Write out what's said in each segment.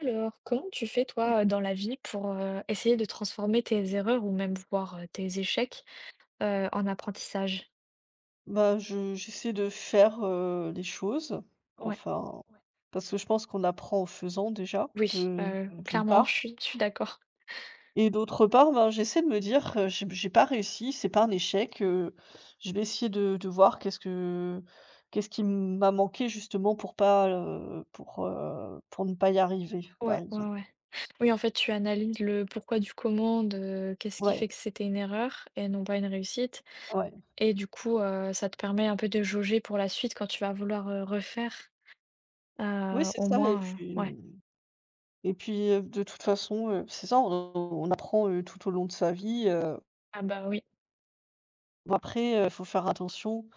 Alors, comment tu fais toi, dans la vie pour, essayer de transformer tes erreurs ou même voire, tes échecs, en apprentissage? Bah, je j'essaie de faire, les choses, Ouais, enfin. Ouais, parce que je pense qu'on apprend en faisant déjà, oui, de Mmh. d'une clairement, part je suis d'accord. et d'autre part, ben, j'essaie de me dire: «J'ai pas réussi, c'est pas un échec, je vais essayer de voir qu'est-ce qui m'a manqué justement pour pas, pour ne pas y arriver», par Ouais, ouais, exemple. ouais. Oui, en fait, tu analyses le pourquoi du comment de qu'est-ce qui Ouais, fait que c'était une erreur et non pas une réussite ouais. et du coup, ça te permet un peu de jauger pour la suite quand tu vas vouloir, refaire, Oui, c'est au ça. et moins, puis ouais. et puis, heu, de toute façon, c'est ça, on apprend, tout au long de sa vie. Ah bah, oui, Bon après, faut faire attention,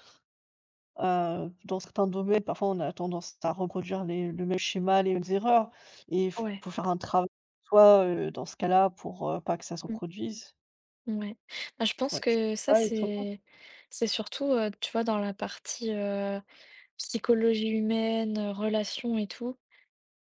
dans certains domaines, parfois on a tendance à reproduire les le même schéma, les mêmes erreurs et f ouais. faut faut faire un travail toi, dans ce cas-là pour, pas que ça se Mmh. reproduise. Ouais. Bah, je pense Ouais, je que ça, Ah, et toi? c'est surtout, tu vois, dans la partie, psychologie humaine, relations et tout.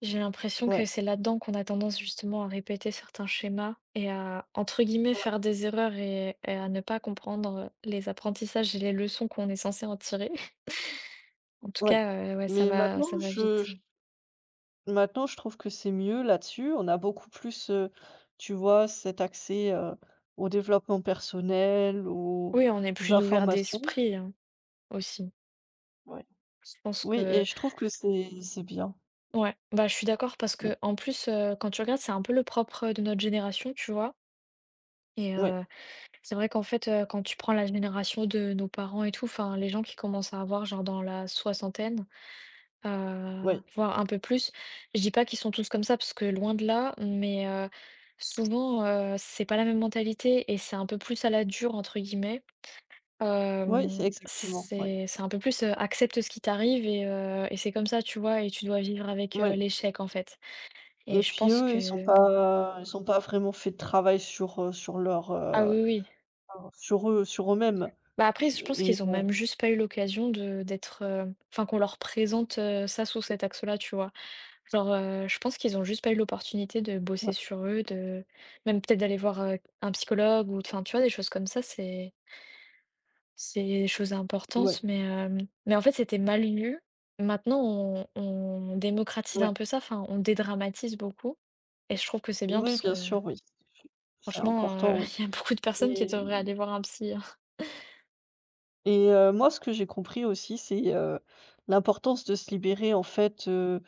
J'ai l'impression que Ouais, c'est là-dedans qu'on a tendance justement à répéter certains schémas et à, entre guillemets, ouais, «faire des erreurs» et à ne pas comprendre, les apprentissages et les leçons qu'on est censé en tirer. En tout ouais. cas, ouais, ça Mais va ça va vite. Maintenant je trouve que c'est mieux là-dessus. On a beaucoup plus, tu vois, cet accès, au développement personnel, aux Oui, on est plus ouvert informations. d'esprit, hein, aussi. Ouais. Je pense Oui, et que je trouve que c'est bien. Ouais, bah, je suis d'accord parce Ouais, que en plus, quand tu regardes, c'est un peu le propre, de notre génération, tu vois? Et ouais, c'est vrai qu'en fait, quand tu prends la génération de nos parents et tout, enfin, les gens qui commencent à avoir genre dans la soixantaine, ouais. voire un peu plus, je dis pas qu'ils sont tous comme ça parce que loin de là, mais souvent, c'est pas la même mentalité et c'est un peu plus «à la dure» entre guillemets. Ouais, c'est exactement, ouais. C'est un peu plus, accepte ce qui t'arrive et c'est comme ça, tu vois? Et tu dois vivre avec, Ouais, l'échec, en fait. Et et je puis pense eux, ils sont que bon pas ils sont pas vraiment fait de travail sur, sur leur, Ah oui, oui. Sur eux-mêmes. Bah, après, Je je pense et qu'ils ont même juste pas eu l'occasion de d'être, enfin qu'on leur présente, ça sous cet axe-là, tu vois? Genre, je pense qu'ils ont juste pas eu l'opportunité de bosser Ouais, sur eux, de même peut-être d'aller voir, un psychologue ou enfin, tu vois, des choses comme ça, c'est des choses ouais, importantes, mais mais en fait, c'était mal lu. Maintenant, on démocratise ouais. un peu ça, enfin, on dédramatise beaucoup et je trouve que c'est bien Oui, parce que bien sûr, oui. C'est franchement, important, oui. il y a beaucoup de personnes qui devraient Mais aller voir un psy, hein. Et moi, ce que j'ai compris aussi, c'est l'importance de se libérer en fait,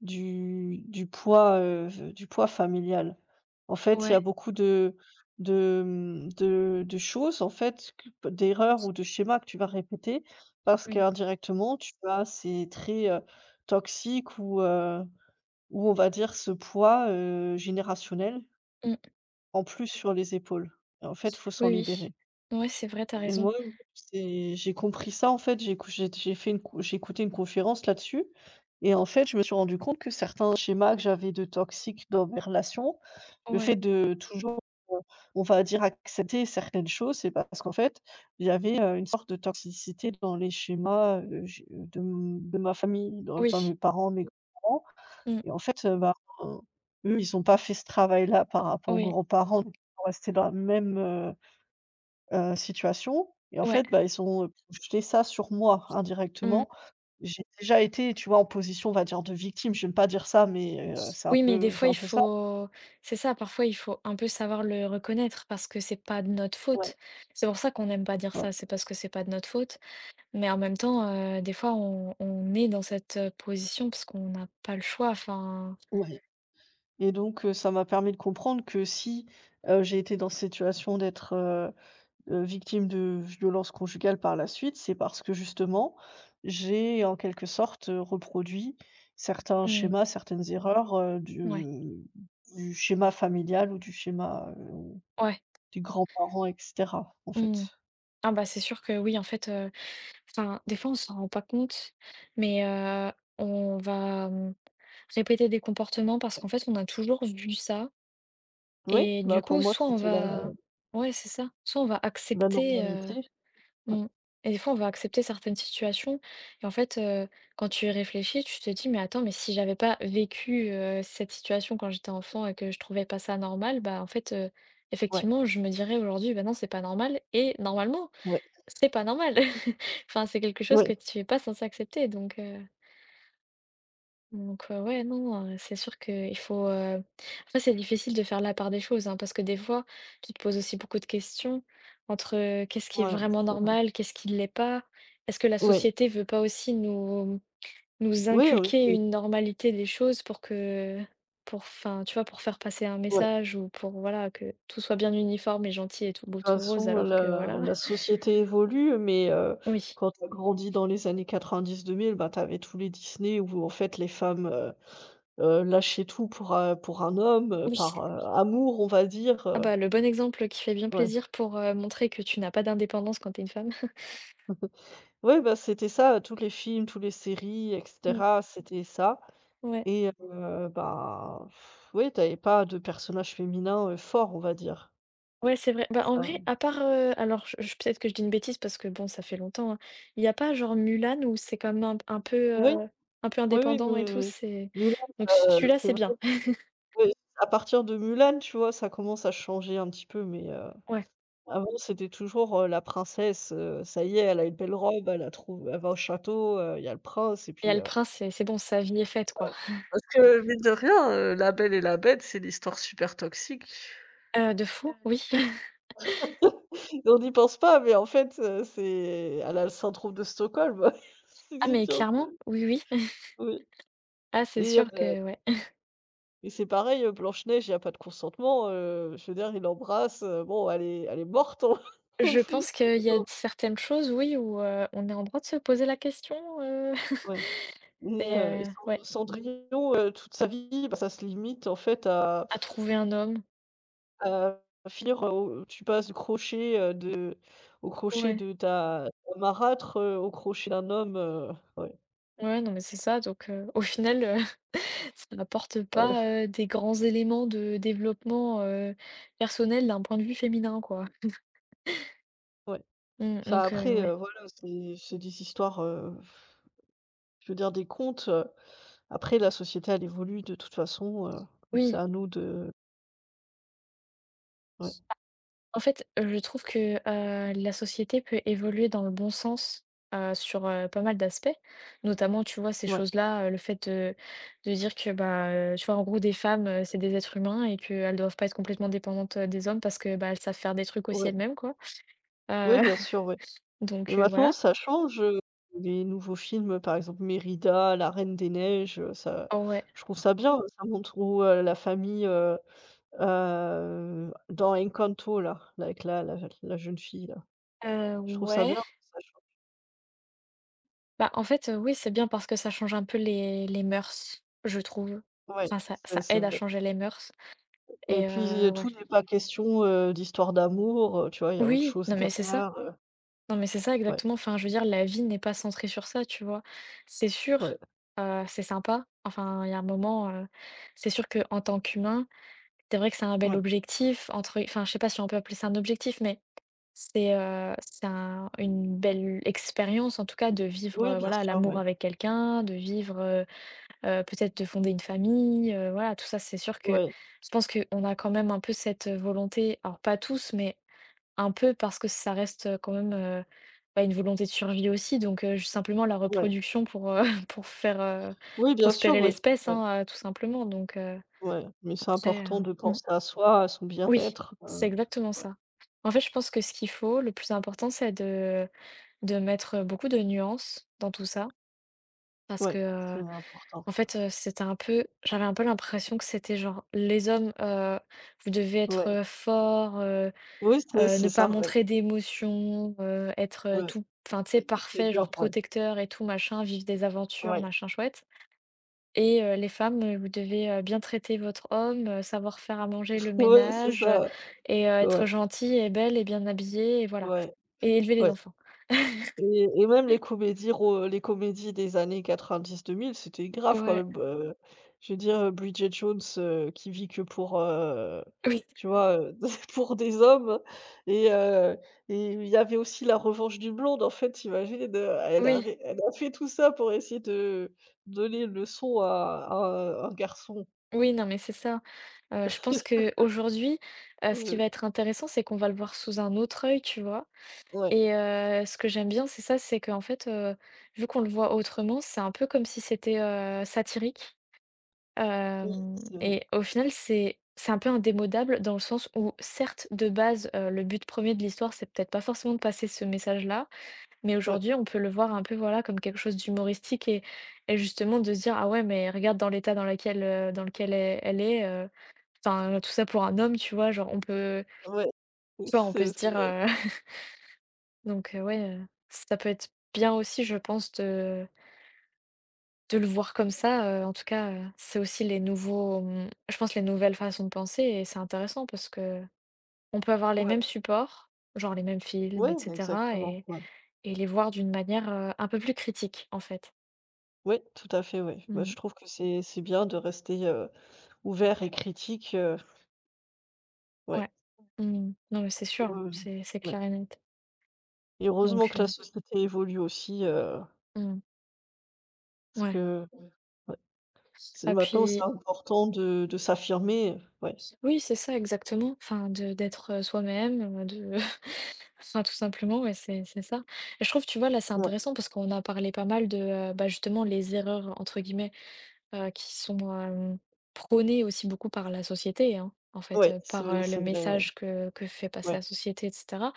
du poids familial. En fait, il y a Ouais. beaucoup de de choses en fait que d'erreurs ou de schémas que tu vas répéter parce qu'indirectement, tu as ces traits, toxiques ou on va dire ce poids, générationnel Mmh. en plus sur les épaules. Et en fait, il faut Oui, s'en libérer. oui. Ouais, c'est vrai, t'as Et raison. moi, c'est j'ai compris ça, en fait, j'ai écouté une conférence là-dessus et en fait, je me suis rendu compte que certains schémas que j'avais de toxiques dans mes relations, le fait Ouais. de toujours, heu, on va dire accepter certaines choses, c'est parce qu'en fait, j'avais, une sorte de toxicité dans les schémas, j de m de ma famille, dans que Oui. mes parents, mes grands-parents Mmh. et en fait, heu, eux, ils n'ont pas fait ce travail-là par rapport aux Oui. grands-parents, donc ils sont restés dans la même, situation et en Ouais. fait, bah, ils ont, projeté ça sur moi Mmh. indirectement. J'ai déjà été, tu vois, en position, on va dire, de victime. J'aime pas dire ça, mais Oui, mais des c'est fois, un il peu ça. faut c'est ça, parfois, il faut un peu savoir le reconnaître parce que c'est pas de notre Ouais. faute. C'est pour ça qu'on n'aime pas dire Ouais, ça, c'est parce que c'est pas de notre faute, mais en même temps, des fois, on est dans cette, position parce qu'on n'a pas le choix, enfin ouais, et donc ça m'a permis de comprendre que si, j'ai été dans cette situation d'être, victime de violences conjugales par la suite, c'est parce que justement, j'ai en quelque sorte, reproduit certains mmh, schémas, certaines erreurs, ouais, du schéma familial ou du schéma ouais, des grands-parents, et cetera, en mmh. fait. Ah bah, c'est sûr que oui, en fait, enfin, des fois, on s'en rend pas compte, mais on va, répéter des comportements parce Ouais. qu'en fait, on a toujours vu ça Oui, et bah, du pour coup, moi, soit on c'était va ouais, c'est ça, soit on va la accepter, normalité. Ouais, mmh et des fois, on va accepter certaines situations et en fait, quand tu y réfléchis, tu te dis: «Mais attends, mais si j'avais pas vécu, cette situation quand j'étais enfant et que je trouvais pas ça normal, bah, en fait, ouais, effectivement, je me dirais aujourd'hui: "Bah, non, c'est pas normal" et normalement, ouais, c'est pas normal». Enfin, c'est quelque chose ouais, que tu es pas censé accepter donc ouais, non, c'est sûr qu'il faut, après c'est difficile de faire la part des choses, hein, parce que des fois, tu te poses aussi beaucoup de questions entre, qu'est-ce qui est ouais, vraiment c'est vrai. normal, qu'est-ce qui ne l'est pas? Est-ce que la Ouais, société veut pas aussi nous oui, oui, inculquer c'est une normalité des choses pour que pour enfin, tu vois, pour faire passer un ouais. De message ou pour voilà, que tout soit bien uniforme et gentil et tout beau, toute tout rose façon, alors que voilà. la société évolue, mais Oui, quand tu as grandi dans les années 90-2000, bah, tu avais tous les Disney où en fait les femmes lâchaient tout pour un homme, heu, oui. par, heu, amour, on va dire. Ah bah, le bon exemple qui fait bien ouais. plaisir pour, montrer que tu n'as pas d'indépendance quand t'es une femme. Ouais, bah, c'était ça, tous les films, tous les séries et Mmh, cetera, c'était ça. ouais. Et oui, t'avais pas de personnage féminin, fort, on va dire. Ouais, c'est vrai. Bah, Ouais. en vrai, à part, alors je peut-être que je dis une bêtise parce que bon, ça fait longtemps, hein. Il y a pas genre Mulan où c'est comme un peu, oui, un peu oui, indépendant et tout, mais c'est Mulan, donc ce celui-là, c'est c'est vrai, bien. oui, à partir de Mulan, tu vois, ça commence à changer un petit peu, mais Ouais. avant, c'était toujours, la princesse, ça y est, elle a une belle robe, elle a trouv elle va au château, il y a le prince et Et y a puis. le prince, c'est bon, sa vie est faite, quoi. Parce que mine de rien, La Belle et la Bête, c'est une histoire super toxique. De fou, oui. On n'y pense pas, mais en fait, c'est elle a le syndrome de Stockholm. Ah mais clairement, oui, oui. Oui, Ah, c'est et sûr que ouais. C'est pareil, Blanche-Neige, il y a pas de consentement, je veux dire, il l'embrasse, bon, elle est morte en en Je plus, pense qu'il y a non, certaines choses, oui, où, on est en droit de se poser la question, heu, ouais. Et c'est, ouais, Cendrillon, toute sa vie, bah, ça se limite en fait à à trouver un homme. à finir, au tu passes du crochet, de au crochet Ouais. de ta marâtre, au crochet d'un homme. Ouais, Ouais, non mais c'est ça donc au final, ça n'apporte ouais, pas, des grands éléments de développement, personnel d'un point de vue féminin, quoi. ouais. Mmh, Enfin donc après, ouais. voilà, c'est des histoires, je veux dire, des contes. Après la société, elle évolue de toute façon. C'est Oui, à nous de… Ouais, en fait, je trouve que, la société peut évoluer dans le bon sens, sur, pas mal d'aspects. Notamment, tu vois, ces ouais, choses-là, le fait, de dire que, bah, tu vois, en gros, des femmes, c'est des êtres humains et qu'elles doivent pas être complètement dépendantes, des hommes parce que, bah, elles savent faire des trucs aussi ouais, elles-mêmes, quoi. ouais, Heu, bien sûr, ouais. Et donc maintenant voilà. ça change, les nouveaux films, par exemple Mérida, La Reine des neiges. Ça, Ouais, je trouve ça bien, ça montre où, dans Encanto là, avec la jeune fille là. Je trouve ça ouais. bien, ça change. Bah, en fait, oui, c'est bien parce que ça change un peu les mœurs, je trouve. Ouais, Enfin, ça c'est ça c'est aide à vrai. changer les mœurs Et et puis, ouais. tout n'est pas question, d'histoire d'amour. Tu vois? Il y a autre Oui, chose non, mais c'est ça. derrière. Non, mais c'est ça Ouais, exactement. Enfin, je veux dire, la vie n'est pas centrée sur ça, tu vois? C'est sûr, ouais, c'est sympa. Enfin, il y a un moment, c'est sûr que en tant qu'humain, c'est vrai que c'est un bel ouais. objectif entre enfin, je sais pas si on peut appeler ça un objectif, mais c'est un une belle expérience, en tout cas, de vivre, Oui, bien voilà, sûr, l'amour oui. avec quelqu'un, de vivre, peut-être de fonder une famille, voilà, tout ça, c'est sûr que Ouais, je pense qu'on a quand même un peu cette, volonté, alors pas tous, mais un peu parce que ça reste, quand même, bah, une volonté de survie aussi, donc juste simplement la ouais. reproduction pour, pour faire, Oui, bien sûr, prospérer oui. l'espèce, Ouais, hein, tout simplement, donc ouais, mais c'est après, important de mmh, penser à soi, à son oui, bien-être. c'est exactement Ouais, ça. En fait, je pense que ce qu'il faut, le plus important, c'est de mettre, beaucoup de nuances dans tout ça parce ouais, c'est que. important. En fait, c'était un peu j'avais un peu l'impression que c'était genre les hommes, vous devez être, Ouais. Forts, Oui, c'est c'est ne pas ça, ouais, montrer d'émotions, être, ouais, tout enfin, tu sais, c'est parfait, genre dur, ouais, protecteur et tout machin, vivre des aventures, ouais, machin chouette et les femmes, vous devez, bien traiter votre homme, savoir faire à manger, le ouais, c'est ménage, ça, et être ouais, gentille et belle et bien habillée et voilà ouais, et élever les ouais. enfants. Et même les comédies des années 90-2000, c'était grave quand Ouais, même. Je veux dire, Bridget Jones, qui vit que pour, oui, tu vois, pour des hommes. Et il y avait aussi La Revanche du blonde. En fait, tu imagines, oui. Elle a fait tout ça pour essayer de donner une leçon à un garçon. Oui, non, mais c'est ça. Je pense qu'aujourd'hui, ce qui Heu, va être intéressant, c'est qu'on va le voir sous un autre œil, tu vois? ouais, Et ce que j'aime bien, c'est ça, c'est qu'en fait, vu qu'on le voit autrement, c'est un peu comme si c'était, satirique. oui, Hem c'est vrai, et au final, c'est un peu indémodable dans le sens où certes, de base, le but premier de l'histoire, c'est peut-être pas forcément de passer ce message-là, mais ouais, aujourd'hui, on peut le voir un peu, voilà, comme quelque chose d'humoristique et justement de se dire: «Ah ouais, mais regarde dans l'état dans lequel elle est, Enfin, tout ça pour un homme, tu vois? Genre, on peut ouais, tu vois, on peut se c'est dire, vrai, heu» donc ouais, ça peut être bien aussi, je pense, de le voir comme ça, en tout cas, c'est aussi les nouveaux, mmh, je pense les nouvelles façons de penser et c'est intéressant parce que on peut avoir les mêmes ouais, supports, genre les mêmes films ouais, et cetera exactement, et ouais. et les voir d'une manière, un peu plus critique, en fait. Ouais, tout à fait, ouais. Bah, je Mmh. trouve que c'est bien de rester, ouvert et critique. Ouais, Ouais. Mmh. Non, mais c'est sûr, hein, heu, c'est ouais. clair et net. Et heureusement Donc que la société évolue aussi. Mmh, Parce ouais. que ouais, c'est Ah maintenant c'est puis important de s'affirmer, ouais, Oui, c'est ça exactement, enfin de d'être, soi-même, de enfin tout simplement, ouais, c'est ça. Et je trouve, tu vois, là, c'est ouais, intéressant parce qu'on a parlé pas mal de, bah, justement les «erreurs» entre guillemets, qui sont, prônées aussi beaucoup par la société, hein, en fait, ouais, par, le c'est vrai, ouais, message que fait passer ouais, la société et cetera.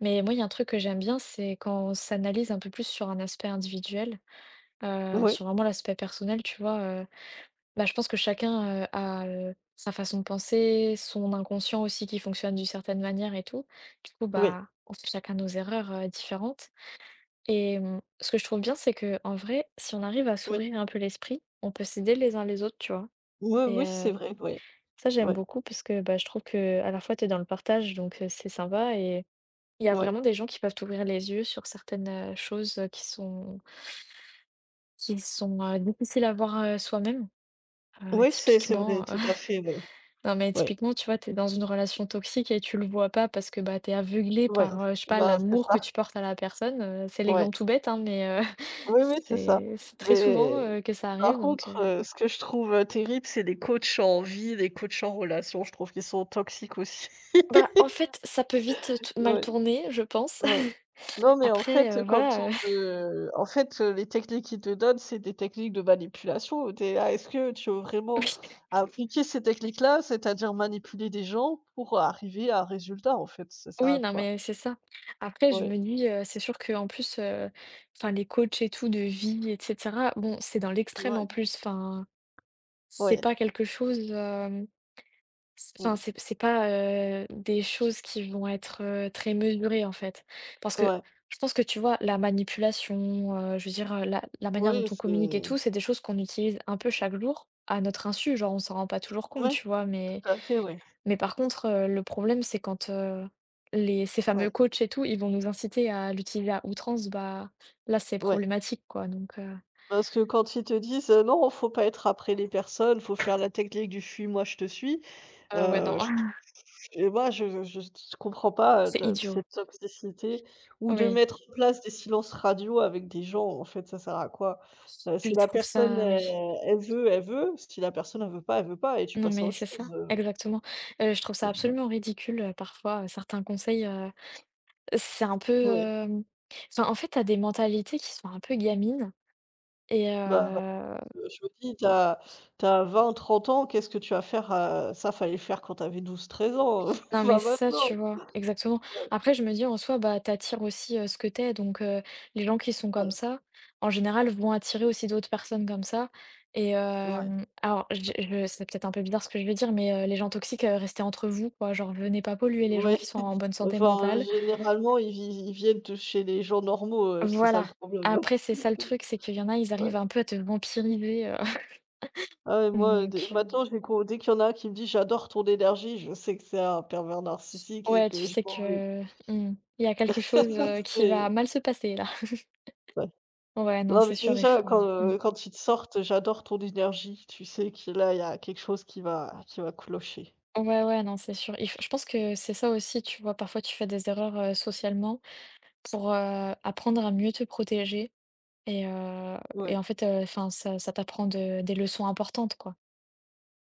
Mais moi, il y a un truc que j'aime bien, c'est quand on s'analyse un peu plus sur un aspect individuel, oui, sur vraiment l'aspect personnel, tu vois, bah, je pense que chacun, a, sa façon de penser, son inconscient aussi qui fonctionne d'une certaine manière et tout. Du coup, oui, bah, on fait chacun nos erreurs, différentes, et ce que je trouve bien, c'est que en vrai, si on arrive à oui, s'ouvrir un peu l'esprit, on peut s'aider les uns les autres, tu vois? oui, Et oui, c'est vrai, ouais, ça, j'aime ouais, beaucoup parce que, bah, je trouve que à la fois, tu es dans le partage, donc c'est sympa, et il y a ouais. vraiment des gens qui peuvent t'ouvrir les yeux sur certaines, choses, qui sont difficiles à voir, soi-même, Oui, c'est vrai, typiquement. tout à fait, ouais, Non, mais ouais, typiquement, tu vois, t'es dans une relation toxique et tu le vois pas parce que bah, t'es aveuglé ouais, par, je sais pas, bah, c'est l'amour que ça, tu portes à la personne, c'est ouais. l'exemple tout bête, hein, mais Oui, oui, c'est ça. c'est très souvent, Mais que ça Par arrive, donc contre, ce que je trouve, terrible, c'est les coachs en vie, les coachs en relation, je trouve qu'ils sont toxiques aussi. bah, en fait, ça peut vite, t mal Ouais, tourner, je pense. ouais. Non, mais en Après, fait, quand voilà, on te en fait, les techniques qu'ils te donnent, c'est des techniques de manipulation. T'es là: «Est-ce que tu veux vraiment oui, appliquer ces techniques-là?» C'est-à-dire manipuler des gens pour arriver à un résultat, en fait, ça sert à oui, non, quoi? mais c'est ça. Après, je Ouais, me dis, c'est sûr qu'en plus, enfin, les coachs et tout de vie et cetera, bon, c'est dans l'extrême en ouais, plus, enfin, c'est ouais, pas quelque chose, C enfin, ouais, c'est pas, des choses qui vont être, très mesurées, en fait. Parce que ouais, je pense que, tu vois, la manipulation, je veux dire, la manière dont oui, on communique et c'est tout, c'est des choses qu'on utilise un peu chaque jour à notre insu. Genre, on s'en rend pas toujours compte, ouais, tu vois? tout Mais à fait, ouais, mais par contre, le problème, c'est quand, les ces fameux ouais, coachs et tout, ils vont nous inciter à l'utiliser à outrance, bah, là, c'est ouais. problématique, quoi, donc Parce que quand ils te disent: «Non, faut pas être après les personnes, faut faire la technique du "fuis-moi, je te suis"», ouais, non, je t et moi je comprends pas, c'est de idiot. cette toxicité ou de Oui, mettre en place des silences radio avec des gens, en fait, ça sert à quoi? Si je la trouve personne, ça, oui. Elle veut, si la personne elle veut pas, elle veut pas, et tu Non, passes à mais autre c'est chose. ça, exactement. Je trouve ça absolument ridicule, parfois, certains conseils, c'est un peu, Ouais. Enfin, en fait, t'as des mentalités qui sont un peu gamines, et Bah je me dis: «T'as 20, 30 ans, qu'est-ce que tu vas faire?» Ça fallait le faire quand t'avais 12, 13 ans, non, mais pas c'est ça, maintenant. tu vois? Exactement. Ouais, Après, je me dis en soi, bah, t'attires aussi, ce que t'es, donc les gens qui sont comme voilà, ça, en général, vont attirer aussi d'autres personnes comme ça, et ouais. Alors je c'est peut-être un peu bizarre ce que je veux dire, mais les gens toxiques, restez entre vous, quoi, genre venez pas polluer les gens Ouais, qui sont en bonne santé enfin, mentale. généralement, ils viennent de chez les gens normaux, c'est ça le Voilà. problème. Après, c'est ça le truc, c'est qu'il y en a, ils arrivent un Ouais. peu à te vampiriser, Ah ouais, moi, dès donc maintenant, j'ai con dès qu'il y en a un qui me dit: «J'adore ton énergie», je sais que c'est un pervers narcissique et ouais, tu que je sais m'en vais. que mmh, il y a quelque chose, Ça, qui va c'est mal se passer là. ouais. Ouais, non, Non, c'est mais sûr, il déjà, faut quand, mmh. Quand ils te sortent: «J'adore ton énergie», tu sais que là, il y a quelque chose qui va clocher. Ouais, ouais, non, c'est sûr. Il f je pense que c'est ça aussi, tu vois? Parfois, tu fais des erreurs, socialement, pour, apprendre à mieux te protéger, et heu et en Ouais. fait, enfin, ça t'apprend de des leçons importantes, quoi.